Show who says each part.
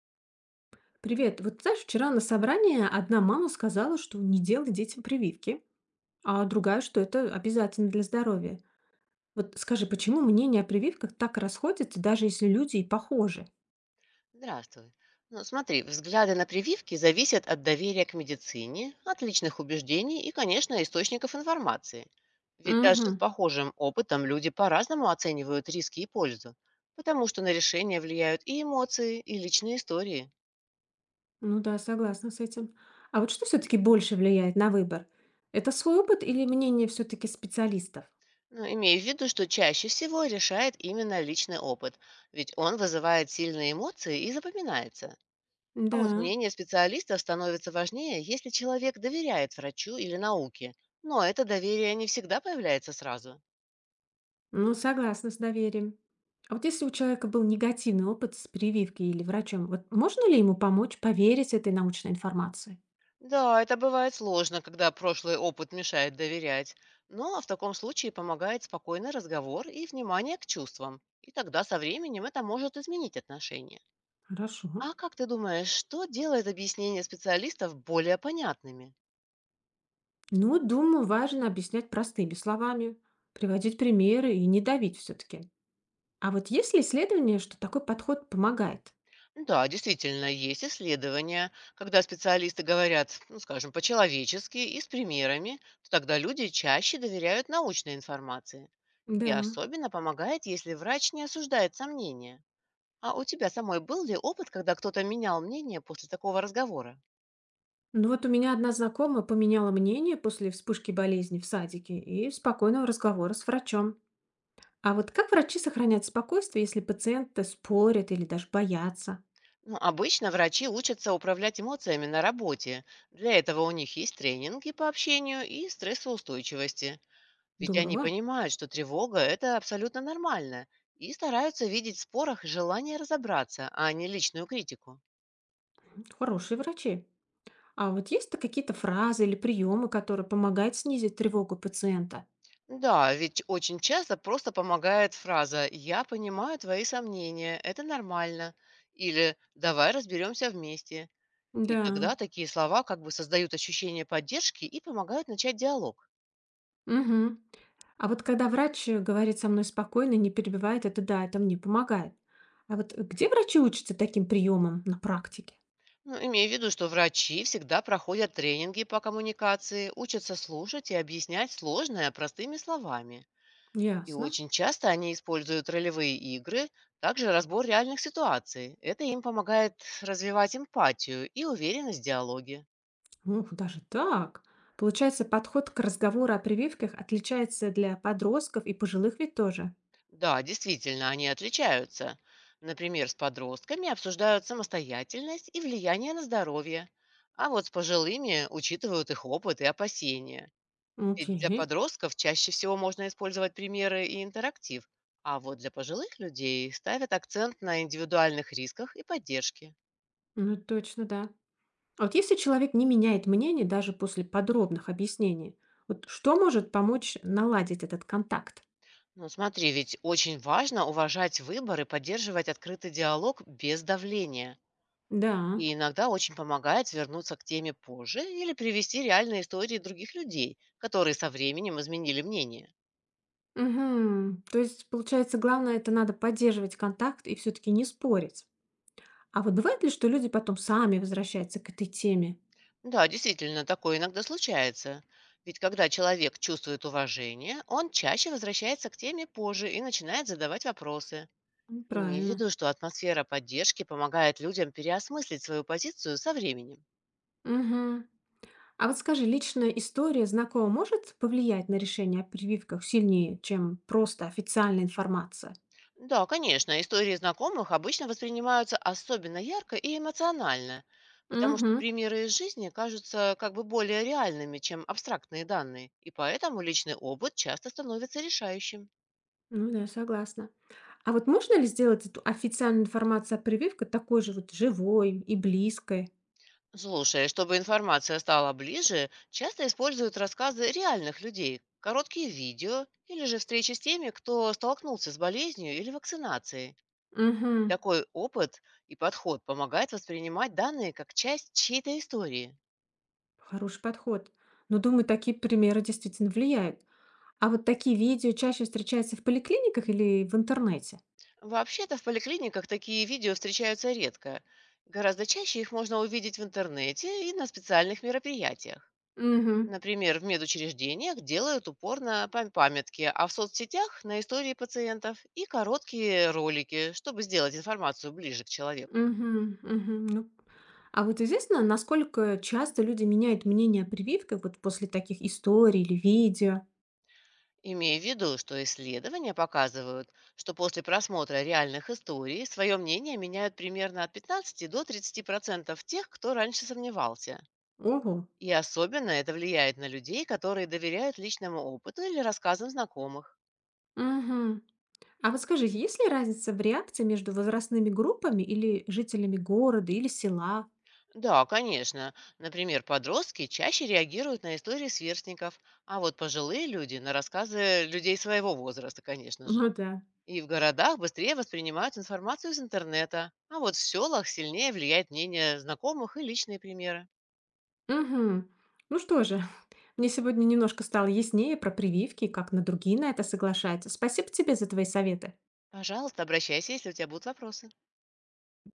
Speaker 1: Привет. Вот знаешь, вчера на собрании одна мама сказала, что не делай детям прививки, а другая, что это обязательно для здоровья. Вот скажи, почему мнение о прививках так расходится, даже если люди и похожи?
Speaker 2: Здравствуй. Ну, смотри, взгляды на прививки зависят от доверия к медицине, от личных убеждений и, конечно, источников информации. Ведь даже с
Speaker 1: Угу.
Speaker 2: похожим опытом люди по-разному оценивают риски и пользу, потому что на решение влияют и эмоции, и личные истории.
Speaker 1: Ну да, согласна с этим. А вот что все-таки больше влияет на выбор? Это свой опыт или мнение все-таки специалистов?
Speaker 2: Но имея в виду, что чаще всего решает именно личный опыт, ведь он вызывает сильные эмоции и запоминается. А
Speaker 1: Да,
Speaker 2: вот мнение специалистов становится важнее, если человек доверяет врачу или науке. Но это доверие не всегда появляется сразу.
Speaker 1: ну согласна с доверием. А вот если у человека был негативный опыт с прививкой или врачом, вот можно ли ему помочь поверить этой научной информации?
Speaker 2: Да, это бывает сложно, когда прошлый опыт мешает доверять. Но в таком случае помогает спокойный разговор и внимание к чувствам. И тогда со временем это может изменить отношения.
Speaker 1: Хорошо.
Speaker 2: А как ты думаешь, что делает объяснения специалистов более понятными?
Speaker 1: Ну, думаю, важно объяснять простыми словами, приводить примеры и не давить все-таки. А вот есть ли исследования, что такой подход помогает?
Speaker 2: Да, действительно, есть исследования, когда специалисты говорят, ну, скажем, по-человечески и с примерами, то тогда люди чаще доверяют научной информации. И
Speaker 1: Да.
Speaker 2: особенно помогает, если врач не осуждает сомнения. А у тебя самой был ли опыт, когда кто-то менял мнение после такого разговора?
Speaker 1: Ну вот у меня одна знакомая поменяла мнение после вспышки болезни в садике и спокойного разговора с врачом. А вот как врачи сохраняют спокойствие, если пациенты спорят или даже боятся?
Speaker 2: Ну, обычно врачи учатся управлять эмоциями на работе. Для этого у них есть тренинги по общению и стрессоустойчивости. Ведь они
Speaker 1: Здорово.
Speaker 2: понимают, что тревога– это абсолютно нормально, и стараются видеть в спорах желание разобраться, а не личную критику.
Speaker 1: Хорошие врачи. А вот есть-то какие-то фразы или приемы, которые помогают снизить тревогу пациента?
Speaker 2: Да, ведь очень часто просто помогает фраза «Я понимаю твои сомнения, это нормально» или «Давай разберемся вместе». И
Speaker 1: Да.
Speaker 2: тогда такие слова как бы создают ощущение поддержки и помогают начать диалог.
Speaker 1: Мгм. А вот когда врач говорит со мной спокойно, не перебивает, это да, это мне помогает. А вот где врачи учатся таким приемам на практике?
Speaker 2: Ну, имея в виду, что врачи всегда проходят тренинги по коммуникации, учатся слушать и объяснять сложное простыми словами. И
Speaker 1: Ясно.
Speaker 2: очень часто они используют ролевые игры, также разбор реальных ситуаций. Это им помогает развивать эмпатию и уверенность в диалоге.
Speaker 1: Ух, даже так. Получается, подход к разговору о прививках отличается для подростков и пожилых ведь тоже.
Speaker 2: Да, действительно, они отличаются. Например, с подростками обсуждают самостоятельность и влияние на здоровье, а вот с пожилыми учитывают их опыт и опасения. Ведь для
Speaker 1: Окей.
Speaker 2: подростков чаще всего можно использовать примеры и интерактив, а вот для пожилых людей ставят акцент на индивидуальных рисках и поддержке.
Speaker 1: Ну, точно, да. А вот если человек не меняет мнение даже после подробных объяснений, вот что может помочь наладить этот контакт?
Speaker 2: Ну, смотри, ведь очень важно уважать выбор и поддерживать открытый диалог без давления.
Speaker 1: Да.
Speaker 2: И иногда очень помогает вернуться к теме позже или привести реальные истории других людей, которые со временем изменили мнение.
Speaker 1: Мгм. То есть, получается, главное — это надо поддерживать контакт и все таки не спорить. А вот бывает ли, что люди потом сами возвращаются к этой теме?
Speaker 2: Да, действительно, такое иногда случается. Ведь когда человек чувствует уважение, он чаще возвращается к теме позже и начинает задавать вопросы.
Speaker 1: М,
Speaker 2: Имей в
Speaker 1: правильно.
Speaker 2: виду, что атмосфера поддержки помогает людям переосмыслить свою позицию со временем.
Speaker 1: Мгм. А вот скажи, личная история знакомого может повлиять на решение о прививках сильнее, чем просто официальная информация?
Speaker 2: Да, конечно, истории знакомых обычно воспринимаются особенно ярко и эмоционально, потому что
Speaker 1: Мгм.
Speaker 2: примеры из жизни кажутся как бы более реальными, чем абстрактные данные, и поэтому личный опыт часто становится решающим.
Speaker 1: Ну да, согласна. А вот можно ли сделать эту официальную информацию о прививках такой же вот живой и близкой?
Speaker 2: Слушай, чтобы информация стала ближе, часто используют рассказы реальных людей, короткие видео или же встречи с теми, кто столкнулся с болезнью или вакцинацией.
Speaker 1: Мгм.
Speaker 2: Такой опыт и подход помогает воспринимать данные как часть чьей-то истории.
Speaker 1: Хороший подход. Но, думаю, такие примеры действительно влияют. А вот такие видео чаще встречаются в поликлиниках или в интернете?
Speaker 2: Вообще-то в поликлиниках такие видео встречаются редко. Гораздо чаще их можно увидеть в интернете и на специальных мероприятиях.
Speaker 1: Мгм.
Speaker 2: Например, в медучреждениях делают упор на памятки, а в соцсетях– на истории пациентов и короткие ролики, чтобы сделать информацию ближе к человеку.
Speaker 1: Мгм. Мгм. Ну, а вот известно, насколько часто люди меняют мнение о прививках вот после таких историй или видео?
Speaker 2: Имея в виду, что исследования показывают, что после просмотра реальных историй свое мнение меняют примерно от 15 до 30% тех, кто раньше сомневался.
Speaker 1: Ого.
Speaker 2: И особенно это влияет на людей, которые доверяют личному опыту или рассказам знакомых.
Speaker 1: Мгм. А вот скажи, есть ли разница в реакции между возрастными группами или жителями города или села?
Speaker 2: Да, конечно. Например, подростки чаще реагируют на истории сверстников, а вот пожилые люди на рассказы людей своего возраста, конечно же.
Speaker 1: Ну да.
Speaker 2: И в городах быстрее воспринимают информацию из интернета, а вот в селах сильнее влияет мнение знакомых и личные примеры.
Speaker 1: Угу. Ну что же, мне сегодня немножко стало яснее про прививки и как на другие на это соглашаются. Спасибо тебе за твои советы.
Speaker 2: Пожалуйста, обращайся, если у тебя будут вопросы.